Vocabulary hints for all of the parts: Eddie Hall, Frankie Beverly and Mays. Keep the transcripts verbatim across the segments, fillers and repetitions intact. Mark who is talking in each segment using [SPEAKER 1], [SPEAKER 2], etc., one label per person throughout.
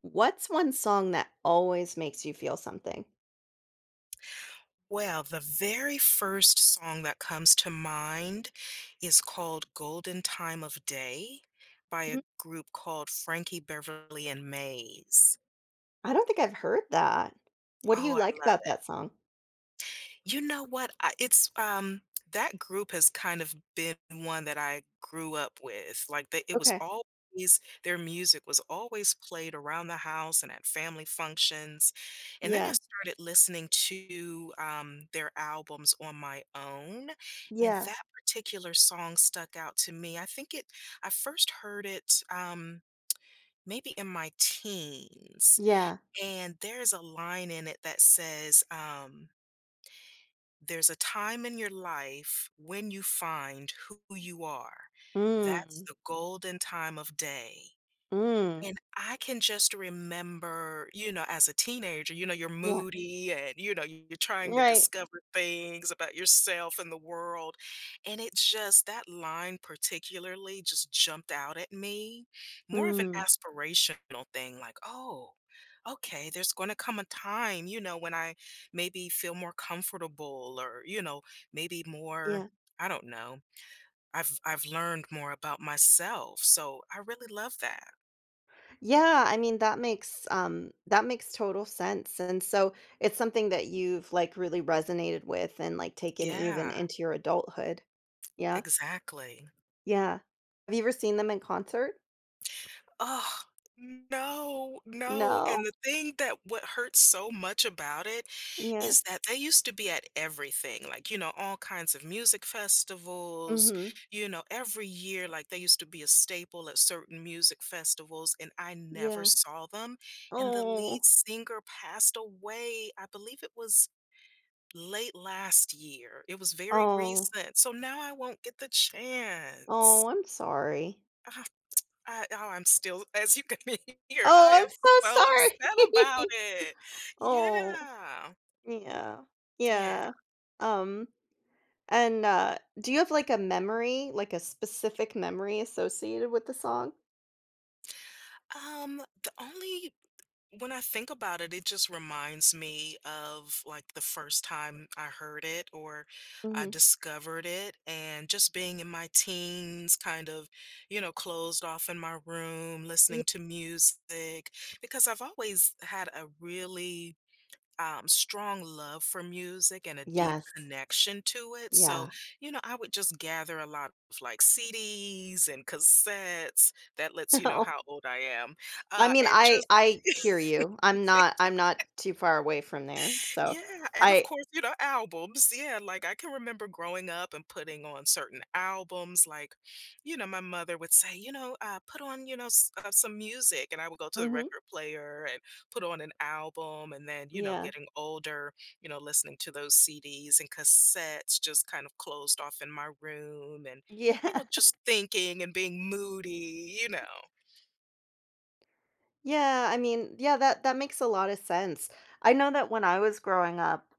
[SPEAKER 1] What's one song that always makes you feel something?
[SPEAKER 2] Well, the very first song that comes to mind is called "Golden Time of Day" by a
[SPEAKER 1] Mhm.
[SPEAKER 2] group called Frankie Beverly and Mays.
[SPEAKER 1] I don't think I've heard that. What do
[SPEAKER 2] Oh,
[SPEAKER 1] you
[SPEAKER 2] I
[SPEAKER 1] like
[SPEAKER 2] love
[SPEAKER 1] about
[SPEAKER 2] it.
[SPEAKER 1] that song?
[SPEAKER 2] You know what? I, it's um that group has kind of been one that I grew up with. Like they, it was
[SPEAKER 1] Okay.
[SPEAKER 2] always their music was always played around the house and at family functions. And then I
[SPEAKER 1] Yeah.
[SPEAKER 2] started listening to um, their albums on my own, and
[SPEAKER 1] Yeah.
[SPEAKER 2] that particular song stuck out to me. I think it. I first heard it. Um, Maybe in my teens.
[SPEAKER 1] Yeah.
[SPEAKER 2] And there's a line in it that says, um, there's a time in your life when you find who you are. That's
[SPEAKER 1] Mm.
[SPEAKER 2] the golden time of day.
[SPEAKER 1] Mm.
[SPEAKER 2] And I can just remember, you know, as a teenager, you know, you're
[SPEAKER 1] Yeah.
[SPEAKER 2] moody and, you know, you're trying to
[SPEAKER 1] Right.
[SPEAKER 2] discover things about yourself and the world. And it just, that line particularly just jumped out at me, more of an
[SPEAKER 1] Mm.
[SPEAKER 2] aspirational thing, like, oh, okay, there's going to come a time, you know, when I maybe feel more comfortable or, you know, maybe more,
[SPEAKER 1] Yeah.
[SPEAKER 2] I don't know. I've I've learned more about myself. So I really love that.
[SPEAKER 1] Yeah, I mean, that makes, um, that makes total sense, and so it's something that you've, like, really resonated with and, like, taken even
[SPEAKER 2] Yeah.
[SPEAKER 1] into your adulthood. Yeah.
[SPEAKER 2] Exactly.
[SPEAKER 1] Yeah. Have you ever seen them in concert?
[SPEAKER 2] Oh, no, no, and
[SPEAKER 1] No?
[SPEAKER 2] the thing that what hurts so much about it
[SPEAKER 1] Yeah.
[SPEAKER 2] is that they used to be at everything, like, you know, all kinds of music festivals,
[SPEAKER 1] Mhm.
[SPEAKER 2] you know, every year, like, they used to be a staple at certain music festivals, and I never
[SPEAKER 1] Yeah.
[SPEAKER 2] saw them, and the
[SPEAKER 1] Oh,
[SPEAKER 2] lead singer passed away, I believe it was late last year, it was very
[SPEAKER 1] oh,
[SPEAKER 2] recent, so now I won't get the chance.
[SPEAKER 1] oh, I'm sorry.
[SPEAKER 2] I oh, I'm still, as you can hear,
[SPEAKER 1] Oh,
[SPEAKER 2] I
[SPEAKER 1] I'm
[SPEAKER 2] am
[SPEAKER 1] so
[SPEAKER 2] so upset
[SPEAKER 1] sorry.
[SPEAKER 2] about it.
[SPEAKER 1] Oh,
[SPEAKER 2] Yeah.
[SPEAKER 1] yeah,
[SPEAKER 2] Yeah.
[SPEAKER 1] yeah. Um, and uh, do you have like a memory, like a specific memory associated with the song?
[SPEAKER 2] Um, the only when I think about it, it just reminds me of like the first time I heard it or I
[SPEAKER 1] Hmm.
[SPEAKER 2] discovered it and just being in my teens, kind of, you know, closed off in my room,
[SPEAKER 1] Yeah.
[SPEAKER 2] listening to music because I've always had a really um, strong love for music and a deep
[SPEAKER 1] Yes.
[SPEAKER 2] connection to it. So,
[SPEAKER 1] Yeah.
[SPEAKER 2] you know, I would just gather a lot of like C Ds and cassettes. That lets you know
[SPEAKER 1] Oh,
[SPEAKER 2] how old I am.
[SPEAKER 1] I
[SPEAKER 2] Uh,
[SPEAKER 1] mean,
[SPEAKER 2] and
[SPEAKER 1] I
[SPEAKER 2] just
[SPEAKER 1] I hear you. I'm not I'm not too far away from there, so
[SPEAKER 2] yeah, and of
[SPEAKER 1] I.
[SPEAKER 2] course, you know, albums. Yeah, like I can remember growing up and putting on certain albums. Like, you know, my mother would say, you know, uh, put on, you know, s- uh, some music. And I would go to the
[SPEAKER 1] Hmm.
[SPEAKER 2] record player and put on an album. And then, you know,
[SPEAKER 1] Yeah.
[SPEAKER 2] getting older, you know, listening to those C Ds and cassettes just kind of closed off in my room and, you
[SPEAKER 1] Yeah.
[SPEAKER 2] know, just thinking and being moody, you know.
[SPEAKER 1] Yeah, I mean, yeah, that that makes a lot of sense. I know that when I was growing up,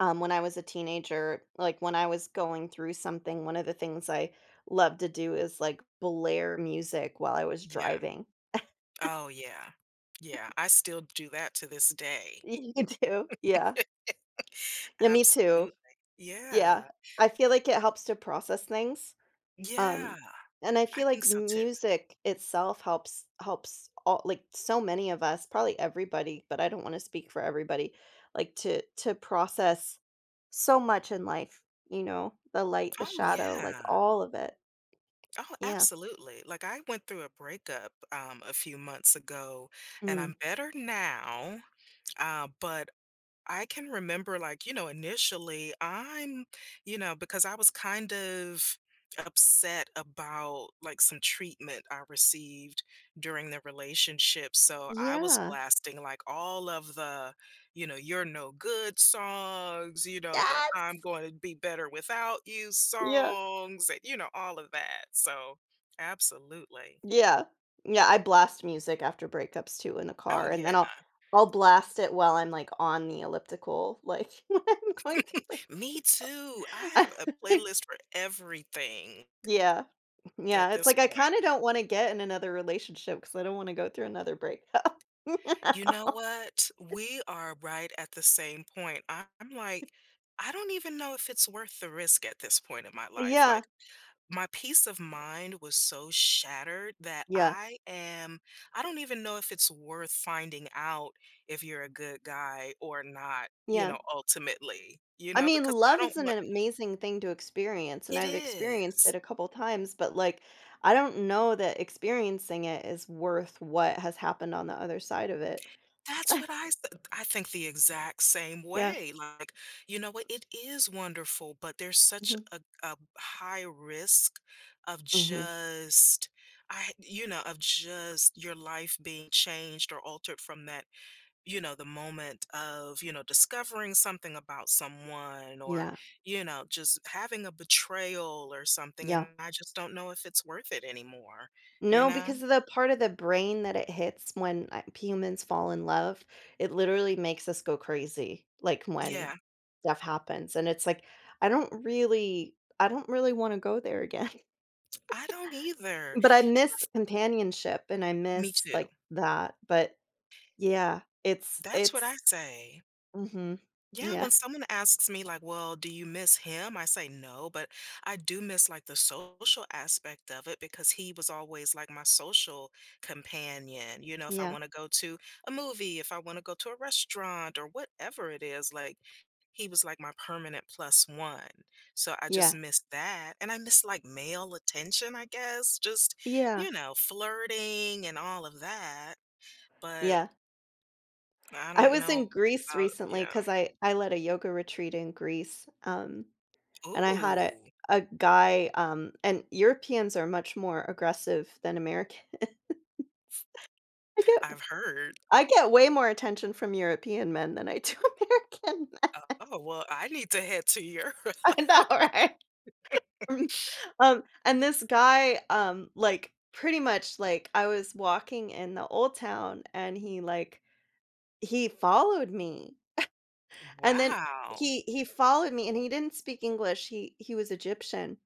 [SPEAKER 1] um, when I was a teenager, like when I was going through something, one of the things I loved to do is like blare music while I was
[SPEAKER 2] Yeah.
[SPEAKER 1] driving.
[SPEAKER 2] Oh, yeah. Yeah, I still do that to this day.
[SPEAKER 1] You do? Yeah. Yeah, me too.
[SPEAKER 2] Absolutely.
[SPEAKER 1] Yeah.
[SPEAKER 2] Yeah.
[SPEAKER 1] I feel like it helps to process things.
[SPEAKER 2] Yeah,
[SPEAKER 1] Um, and I
[SPEAKER 2] I
[SPEAKER 1] feel like
[SPEAKER 2] think so too.
[SPEAKER 1] music itself helps helps all like so many of us, probably everybody, but I don't want to speak for everybody, like to to process so much in life, you know, the light, the
[SPEAKER 2] Oh,
[SPEAKER 1] shadow, like
[SPEAKER 2] yeah.
[SPEAKER 1] all of it.
[SPEAKER 2] Oh,
[SPEAKER 1] Yeah.
[SPEAKER 2] absolutely. Like, I went through a breakup, um, a few months ago, and
[SPEAKER 1] Mm.
[SPEAKER 2] I'm better now, uh, but I can remember, like, you know, initially, I'm, you know, because I was kind of upset about like some treatment I received during the relationship. So I was
[SPEAKER 1] Yeah.
[SPEAKER 2] blasting like all of the, you know, you're no good songs, you know, the
[SPEAKER 1] Yes.
[SPEAKER 2] I'm going to be better without you
[SPEAKER 1] Yeah.
[SPEAKER 2] songs, and, you know, all of that. So absolutely.
[SPEAKER 1] Yeah. Yeah. I blast music after breakups too in the
[SPEAKER 2] Oh,
[SPEAKER 1] car, and
[SPEAKER 2] yeah.
[SPEAKER 1] then I'll I'll blast it while I'm like on the elliptical, like when I'm going to breakups.
[SPEAKER 2] Me too. I
[SPEAKER 1] As
[SPEAKER 2] have a
[SPEAKER 1] well.
[SPEAKER 2] playlist for everything
[SPEAKER 1] Yeah. Yeah,
[SPEAKER 2] at
[SPEAKER 1] it's
[SPEAKER 2] this
[SPEAKER 1] like I
[SPEAKER 2] point.
[SPEAKER 1] kinda don't wanna get in another relationship because I don't wanna go through another breakup.
[SPEAKER 2] You know what? We are right at the same point. I- I'm like, I don't even know if it's worth the risk at this point in my life.
[SPEAKER 1] Yeah.
[SPEAKER 2] Like, my peace of mind was so shattered that
[SPEAKER 1] Yeah.
[SPEAKER 2] I am, I don't even know if it's worth finding out if you're a good guy or not, you
[SPEAKER 1] Yeah.
[SPEAKER 2] know, ultimately, you
[SPEAKER 1] I
[SPEAKER 2] know,
[SPEAKER 1] mean,
[SPEAKER 2] because I
[SPEAKER 1] love is
[SPEAKER 2] don't
[SPEAKER 1] an
[SPEAKER 2] want,
[SPEAKER 1] amazing thing to experience, and
[SPEAKER 2] it
[SPEAKER 1] I've experienced it
[SPEAKER 2] is.
[SPEAKER 1] a couple times, but, like, I don't know that experiencing it is worth what has happened on the other side of it.
[SPEAKER 2] That's what I said. I think the exact same
[SPEAKER 1] Yeah.
[SPEAKER 2] way. Like, you know what? It is wonderful, but there's such
[SPEAKER 1] Mhm.
[SPEAKER 2] a, a high risk of
[SPEAKER 1] Mhm.
[SPEAKER 2] just, I, you know, of just your life being changed or altered from that, you know, the moment of, you know, discovering something about someone or,
[SPEAKER 1] Yeah.
[SPEAKER 2] you know, just having a betrayal or something.
[SPEAKER 1] Yeah.
[SPEAKER 2] And I just don't know if it's worth it anymore, you
[SPEAKER 1] No,
[SPEAKER 2] know?
[SPEAKER 1] because of the part of the brain that it hits when, uh, humans fall in love, it literally makes us go crazy, like, when
[SPEAKER 2] Yeah,
[SPEAKER 1] stuff happens, and it's like, I don't really I don't really wanna go there again.
[SPEAKER 2] I don't either.
[SPEAKER 1] But I miss companionship, and I
[SPEAKER 2] Me
[SPEAKER 1] miss,
[SPEAKER 2] too.
[SPEAKER 1] like, that, but yeah, it's
[SPEAKER 2] That's what I
[SPEAKER 1] it's
[SPEAKER 2] say.
[SPEAKER 1] mhm.
[SPEAKER 2] Yeah,
[SPEAKER 1] Yeah,
[SPEAKER 2] when someone asks me like, "Well, do you miss him?" I say no, but I do miss like the social aspect of it because he was always like my social companion. You know, if I
[SPEAKER 1] yeah,
[SPEAKER 2] want to go to a movie, if I want to go to a restaurant or whatever it is, like he was like my permanent plus one. So I just
[SPEAKER 1] yeah,
[SPEAKER 2] miss that. And I miss like male attention, I guess, just,
[SPEAKER 1] yeah,
[SPEAKER 2] you know, flirting and all of that. But
[SPEAKER 1] yeah.
[SPEAKER 2] I
[SPEAKER 1] I
[SPEAKER 2] don't
[SPEAKER 1] was in
[SPEAKER 2] know
[SPEAKER 1] Greece
[SPEAKER 2] about,
[SPEAKER 1] recently
[SPEAKER 2] yeah.
[SPEAKER 1] because I I led a yoga retreat in Greece, um. And I had a
[SPEAKER 2] Ooh,
[SPEAKER 1] a guy, um and Europeans are much more aggressive than American. I get.
[SPEAKER 2] I've heard.
[SPEAKER 1] I get way more attention from European men than I do. American men.
[SPEAKER 2] Oh, well, I need to head to Europe.
[SPEAKER 1] I know, right? Um, um, and this guy, um, like, pretty much, like, I was walking in the old town and he, like he followed me. And then
[SPEAKER 2] Wow.
[SPEAKER 1] he he followed me and he didn't speak English, he he was Egyptian.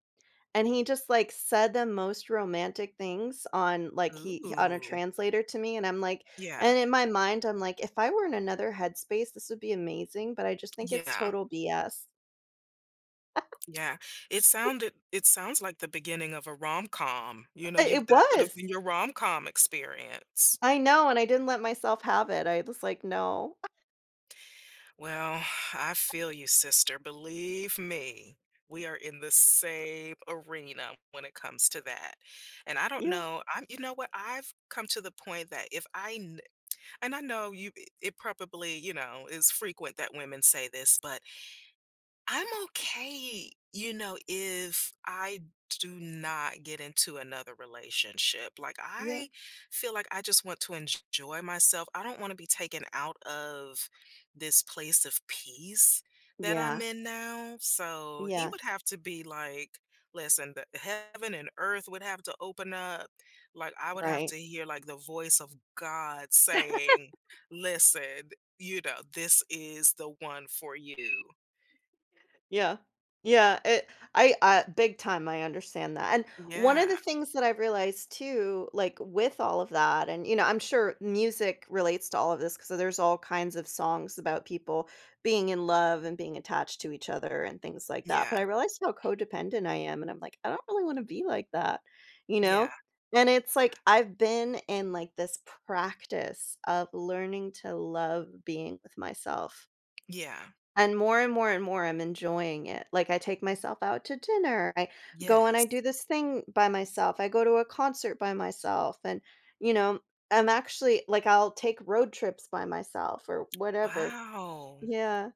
[SPEAKER 1] And he just, like, said the most romantic things on, like, he he- on a
[SPEAKER 2] Ooh.
[SPEAKER 1] translator to me, and I'm like.
[SPEAKER 2] Yeah.
[SPEAKER 1] And in my mind, I'm like, "If I were in another headspace, this would be amazing, but I just think it's
[SPEAKER 2] Yeah.
[SPEAKER 1] total B S."
[SPEAKER 2] Yeah. It sounded it sounds like the beginning of a rom-com. You know,
[SPEAKER 1] I
[SPEAKER 2] you
[SPEAKER 1] it
[SPEAKER 2] that could have
[SPEAKER 1] was.
[SPEAKER 2] been your rom-com experience.
[SPEAKER 1] I know, and I didn't let myself have it. I was like, "No."
[SPEAKER 2] Well, I feel you, sister. Believe me, we are in the same arena when it comes to that. And I don't
[SPEAKER 1] Yeah,
[SPEAKER 2] know, I'm you know what? I've come to the point that if I and I know you it probably, you know, is frequent that women say this, but I'm okay, you know, if I do not get into another relationship. Like,
[SPEAKER 1] yeah.
[SPEAKER 2] I feel like I just want to enjoy myself. I don't want to be taken out of this place of peace that I'm
[SPEAKER 1] Yeah,
[SPEAKER 2] in now. So he
[SPEAKER 1] yeah,
[SPEAKER 2] would have to be like, listen, the heaven and earth would have to open up. Like, I would have
[SPEAKER 1] right.
[SPEAKER 2] to hear like the voice of God saying, listen, you know, this is the one for you.
[SPEAKER 1] Yeah. Yeah, it I I big time I understand that. And one of the
[SPEAKER 2] Yeah.
[SPEAKER 1] things that I've realized too, like with all of that, and you know, I'm sure music relates to all of this because there's all kinds of songs about people being in love and being attached to each other and things like that. But I
[SPEAKER 2] Yeah,
[SPEAKER 1] realized how codependent I am and I'm like, I don't really want to be like that, you
[SPEAKER 2] yeah,
[SPEAKER 1] know? And it's like I've been in like this practice of learning to love being with myself
[SPEAKER 2] yeah,
[SPEAKER 1] and more and more and more, I'm enjoying it. Like, I take myself out to dinner. I go and I do
[SPEAKER 2] yes.
[SPEAKER 1] this thing by myself. I go to a concert by myself. And, you know, I'm actually like, I'll take road trips by myself or whatever.
[SPEAKER 2] Wow.
[SPEAKER 1] Yeah.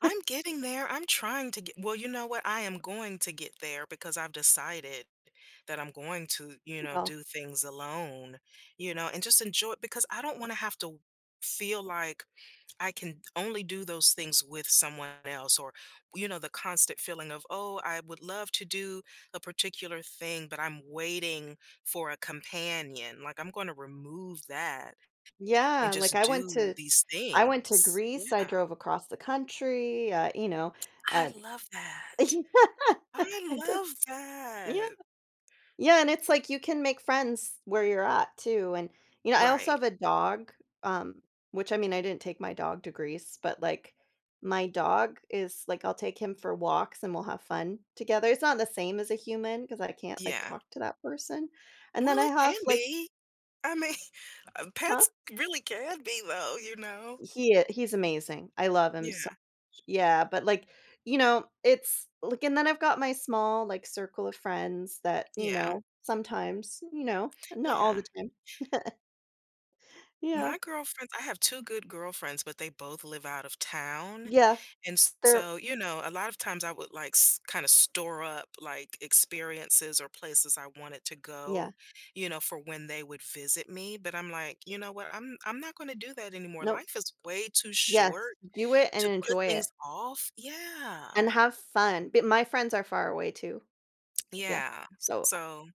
[SPEAKER 2] I'm getting there. I'm trying to get well, you know what? I am going to get there because I've decided that I'm going to, you know,
[SPEAKER 1] Well,
[SPEAKER 2] do things alone, you know, and just enjoy it because I don't want to have to feel like I can only do those things with someone else, or, you know, the constant feeling of, oh, I would love to do a particular thing, but I'm waiting for a companion. Like, I'm going to remove that and
[SPEAKER 1] yeah. Like,
[SPEAKER 2] just
[SPEAKER 1] I went
[SPEAKER 2] do
[SPEAKER 1] to,
[SPEAKER 2] these
[SPEAKER 1] I went to
[SPEAKER 2] things.
[SPEAKER 1] Greece. I
[SPEAKER 2] Yeah,
[SPEAKER 1] drove across the country, uh, you know,
[SPEAKER 2] I
[SPEAKER 1] uh.
[SPEAKER 2] love that. I
[SPEAKER 1] I did.
[SPEAKER 2] love
[SPEAKER 1] Yeah.
[SPEAKER 2] that.
[SPEAKER 1] Yeah, and it's like you can make friends where you're at too, and, you know, I also
[SPEAKER 2] Right.
[SPEAKER 1] have a dog, um, which, I mean, I didn't take my dog to Greece, but, like, my dog is like, I'll take him for walks and we'll have fun together. It's not the same as a human because I can't, like,
[SPEAKER 2] Yeah.
[SPEAKER 1] talk to that person, and then
[SPEAKER 2] Well,
[SPEAKER 1] I
[SPEAKER 2] it can
[SPEAKER 1] have, like.
[SPEAKER 2] be. I mean, uh,
[SPEAKER 1] Huh?
[SPEAKER 2] pets really can be though, you know?
[SPEAKER 1] He i he's amazing. I love him so
[SPEAKER 2] Yeah.
[SPEAKER 1] much. Yeah, but, like, you know, it's like and then I've got my small, like, circle of friends that, you
[SPEAKER 2] Yeah.
[SPEAKER 1] know, sometimes, you know, not all
[SPEAKER 2] Yeah.
[SPEAKER 1] the time. Yeah.
[SPEAKER 2] My girlfriends I have two good girlfriends, but they both live out of town.
[SPEAKER 1] Yeah.
[SPEAKER 2] And s
[SPEAKER 1] They're.
[SPEAKER 2] so, you know, a lot of times I would, like, kinda store up, like, experiences or places I wanted to
[SPEAKER 1] Yeah.
[SPEAKER 2] go, you know, for when they would visit me, but I'm like, "You know what? I'm I'm not gonna do that anymore.
[SPEAKER 1] No
[SPEAKER 2] Life is way too
[SPEAKER 1] yes,
[SPEAKER 2] short
[SPEAKER 1] do it and
[SPEAKER 2] to put
[SPEAKER 1] enjoy
[SPEAKER 2] things
[SPEAKER 1] it,
[SPEAKER 2] off." Yeah.
[SPEAKER 1] and have fun, but my friends are far away too. Yeah.
[SPEAKER 2] Yeah.
[SPEAKER 1] So,
[SPEAKER 2] So,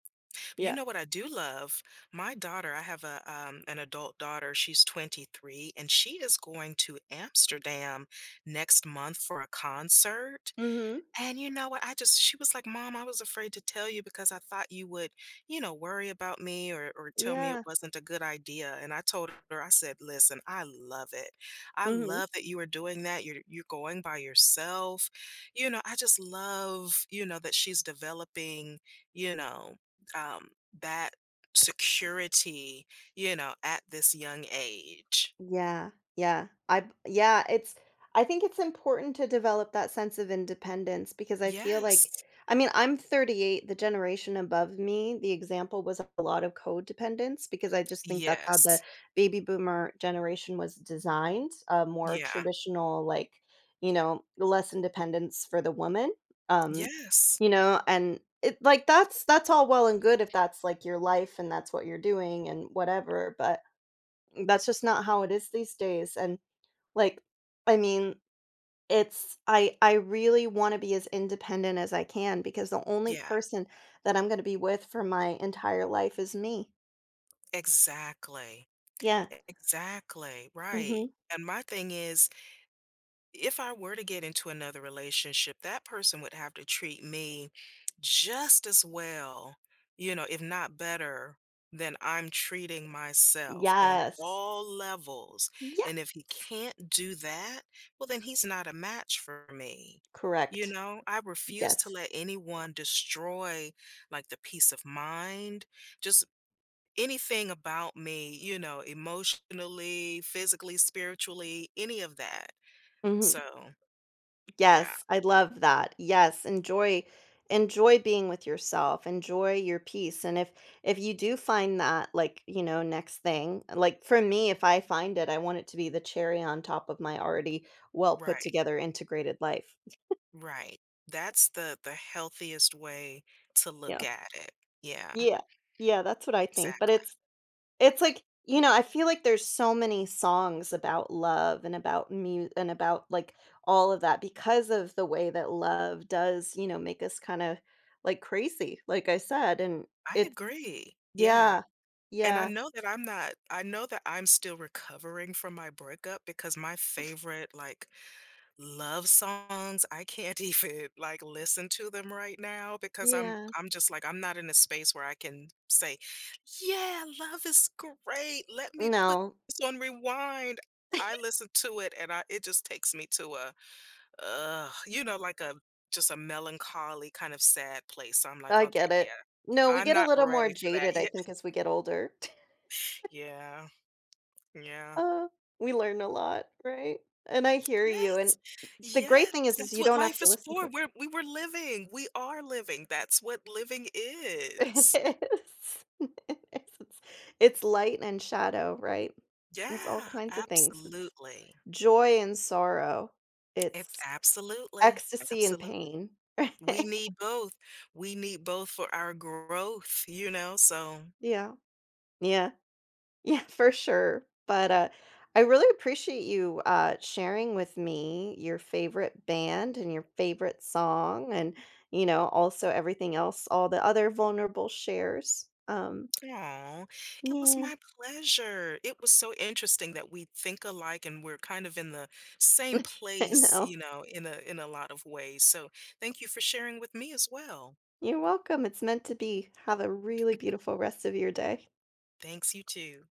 [SPEAKER 2] you
[SPEAKER 1] yeah.
[SPEAKER 2] know what I do love? My daughter I have a, um, an adult daughter, she's twenty-three, and she is going to Amsterdam next month for a concert.
[SPEAKER 1] Mhm.
[SPEAKER 2] And you know what? I just she was like, "Mom, I was afraid to tell you because I thought you would, you know, worry about me or or tell me it
[SPEAKER 1] Yeah.
[SPEAKER 2] wasn't a good idea." And I told her, I said, "Listen, I love it. I
[SPEAKER 1] Mhm.
[SPEAKER 2] love that you are doing that. You're you're going by yourself. You know, I just love, you know, that she's developing, you know, um that security, you know, at this young age."
[SPEAKER 1] Yeah, yeah. I b yeah, it's. I think it's important to develop that sense of independence because I feel like
[SPEAKER 2] Yes.
[SPEAKER 1] I mean, I'm thirty-eight, the generation above me, the example was a lot of codependence because I just think that's how the
[SPEAKER 2] Yes.
[SPEAKER 1] baby boomer generation was designed, a more
[SPEAKER 2] Yeah.
[SPEAKER 1] traditional, like, you know, less independence for the woman. Um,
[SPEAKER 2] Yes.
[SPEAKER 1] you know, and it like that's that's all well and good if that's like your life and that's what you're doing and whatever, but that's just not how it is these days, and, like, I mean, it's I I really wanna be as independent as I can because the only
[SPEAKER 2] Yeah.
[SPEAKER 1] person that I'm gonna be with for my entire life is me.
[SPEAKER 2] Exactly.
[SPEAKER 1] Yeah.
[SPEAKER 2] Exactly,
[SPEAKER 1] Mhm.
[SPEAKER 2] right. And my thing is, if I were to get into another relationship, that person would have to treat me just as well, you know, if not better than I'm treating myself on
[SPEAKER 1] Yes.
[SPEAKER 2] all levels.
[SPEAKER 1] Yes!
[SPEAKER 2] And if he can't do that, well, then he's not a match for me. You
[SPEAKER 1] Correct.
[SPEAKER 2] know, I refuse to
[SPEAKER 1] Yes.
[SPEAKER 2] let anyone destroy like the peace of mind, just anything about me, you know, emotionally, physically, spiritually, any of that.
[SPEAKER 1] Mhm.
[SPEAKER 2] So, yeah,
[SPEAKER 1] Yes, I love that. Yes, enjoy enjoy being with yourself. Enjoy your peace. And if if you do find that like, you know, next thing, like for me, if I find it, I want it to be the cherry on top of my already well put
[SPEAKER 2] right,
[SPEAKER 1] together integrated life.
[SPEAKER 2] right. That's the the healthiest way to look
[SPEAKER 1] Yeah.
[SPEAKER 2] at it. Yeah,
[SPEAKER 1] Yeah. Yeah, that's what I think. But
[SPEAKER 2] exactly.
[SPEAKER 1] it's. It's like, you know, I feel like there's so many songs about love and about mu and about, like, all of that because of the way that love does, you know, make us kinda, like, crazy, like I said, and
[SPEAKER 2] I
[SPEAKER 1] it's
[SPEAKER 2] agree. Yeah.
[SPEAKER 1] yeah.
[SPEAKER 2] And I
[SPEAKER 1] Yeah.
[SPEAKER 2] know that I'm not I know that I'm still recovering from my breakup because my favorite like love songs, I can't even, like, listen to them right now because I'm
[SPEAKER 1] Yeah.
[SPEAKER 2] I'm just like, I'm not in a space where I can say, "Yeah, love is great. Let me put
[SPEAKER 1] No,
[SPEAKER 2] this on rewind." I listen to it and I it just takes me to a, ugh, you know, like a just a melancholy kind of sad place. So I'm like,
[SPEAKER 1] I
[SPEAKER 2] "Okay,
[SPEAKER 1] get
[SPEAKER 2] yeah.
[SPEAKER 1] it. No, we
[SPEAKER 2] I'm
[SPEAKER 1] get a
[SPEAKER 2] not
[SPEAKER 1] little more
[SPEAKER 2] ready for that
[SPEAKER 1] jaded, I
[SPEAKER 2] yet."
[SPEAKER 1] think, as we get older.
[SPEAKER 2] Yeah, yeah.
[SPEAKER 1] Uh, we learn a lot, right? And I hear you, and
[SPEAKER 2] Yes.
[SPEAKER 1] the great
[SPEAKER 2] Yes,
[SPEAKER 1] thing is is
[SPEAKER 2] that's
[SPEAKER 1] you
[SPEAKER 2] what
[SPEAKER 1] don't have
[SPEAKER 2] life
[SPEAKER 1] to
[SPEAKER 2] is
[SPEAKER 1] listen to
[SPEAKER 2] for.
[SPEAKER 1] it.
[SPEAKER 2] We're we were living. We are living. That's what living is.
[SPEAKER 1] It is. It is. It's it's light and shadow, right? It's all
[SPEAKER 2] Yeah,
[SPEAKER 1] kinds of things. It's
[SPEAKER 2] absolutely.
[SPEAKER 1] joy and sorrow.
[SPEAKER 2] It
[SPEAKER 1] It's
[SPEAKER 2] absolutely.
[SPEAKER 1] ecstasy and
[SPEAKER 2] Absolutely.
[SPEAKER 1] pain, right?
[SPEAKER 2] We need both. We need both for our growth, you know? So,
[SPEAKER 1] Yeah. Yeah. Yeah, for sure. But, uh, I really appreciate you, uh, sharing with me your favorite band and your favorite song and, you know, also everything else, all the other vulnerable shares. Um,
[SPEAKER 2] oh, it was
[SPEAKER 1] yeah.
[SPEAKER 2] my pleasure. It was so interesting that we think alike and we're kind of in the same
[SPEAKER 1] I
[SPEAKER 2] place,
[SPEAKER 1] know.
[SPEAKER 2] you know, in a in a lot of ways. So, thank you for sharing with me as well.
[SPEAKER 1] You're welcome. It's meant to be. Have a really beautiful rest of your day.
[SPEAKER 2] Thanks, you too.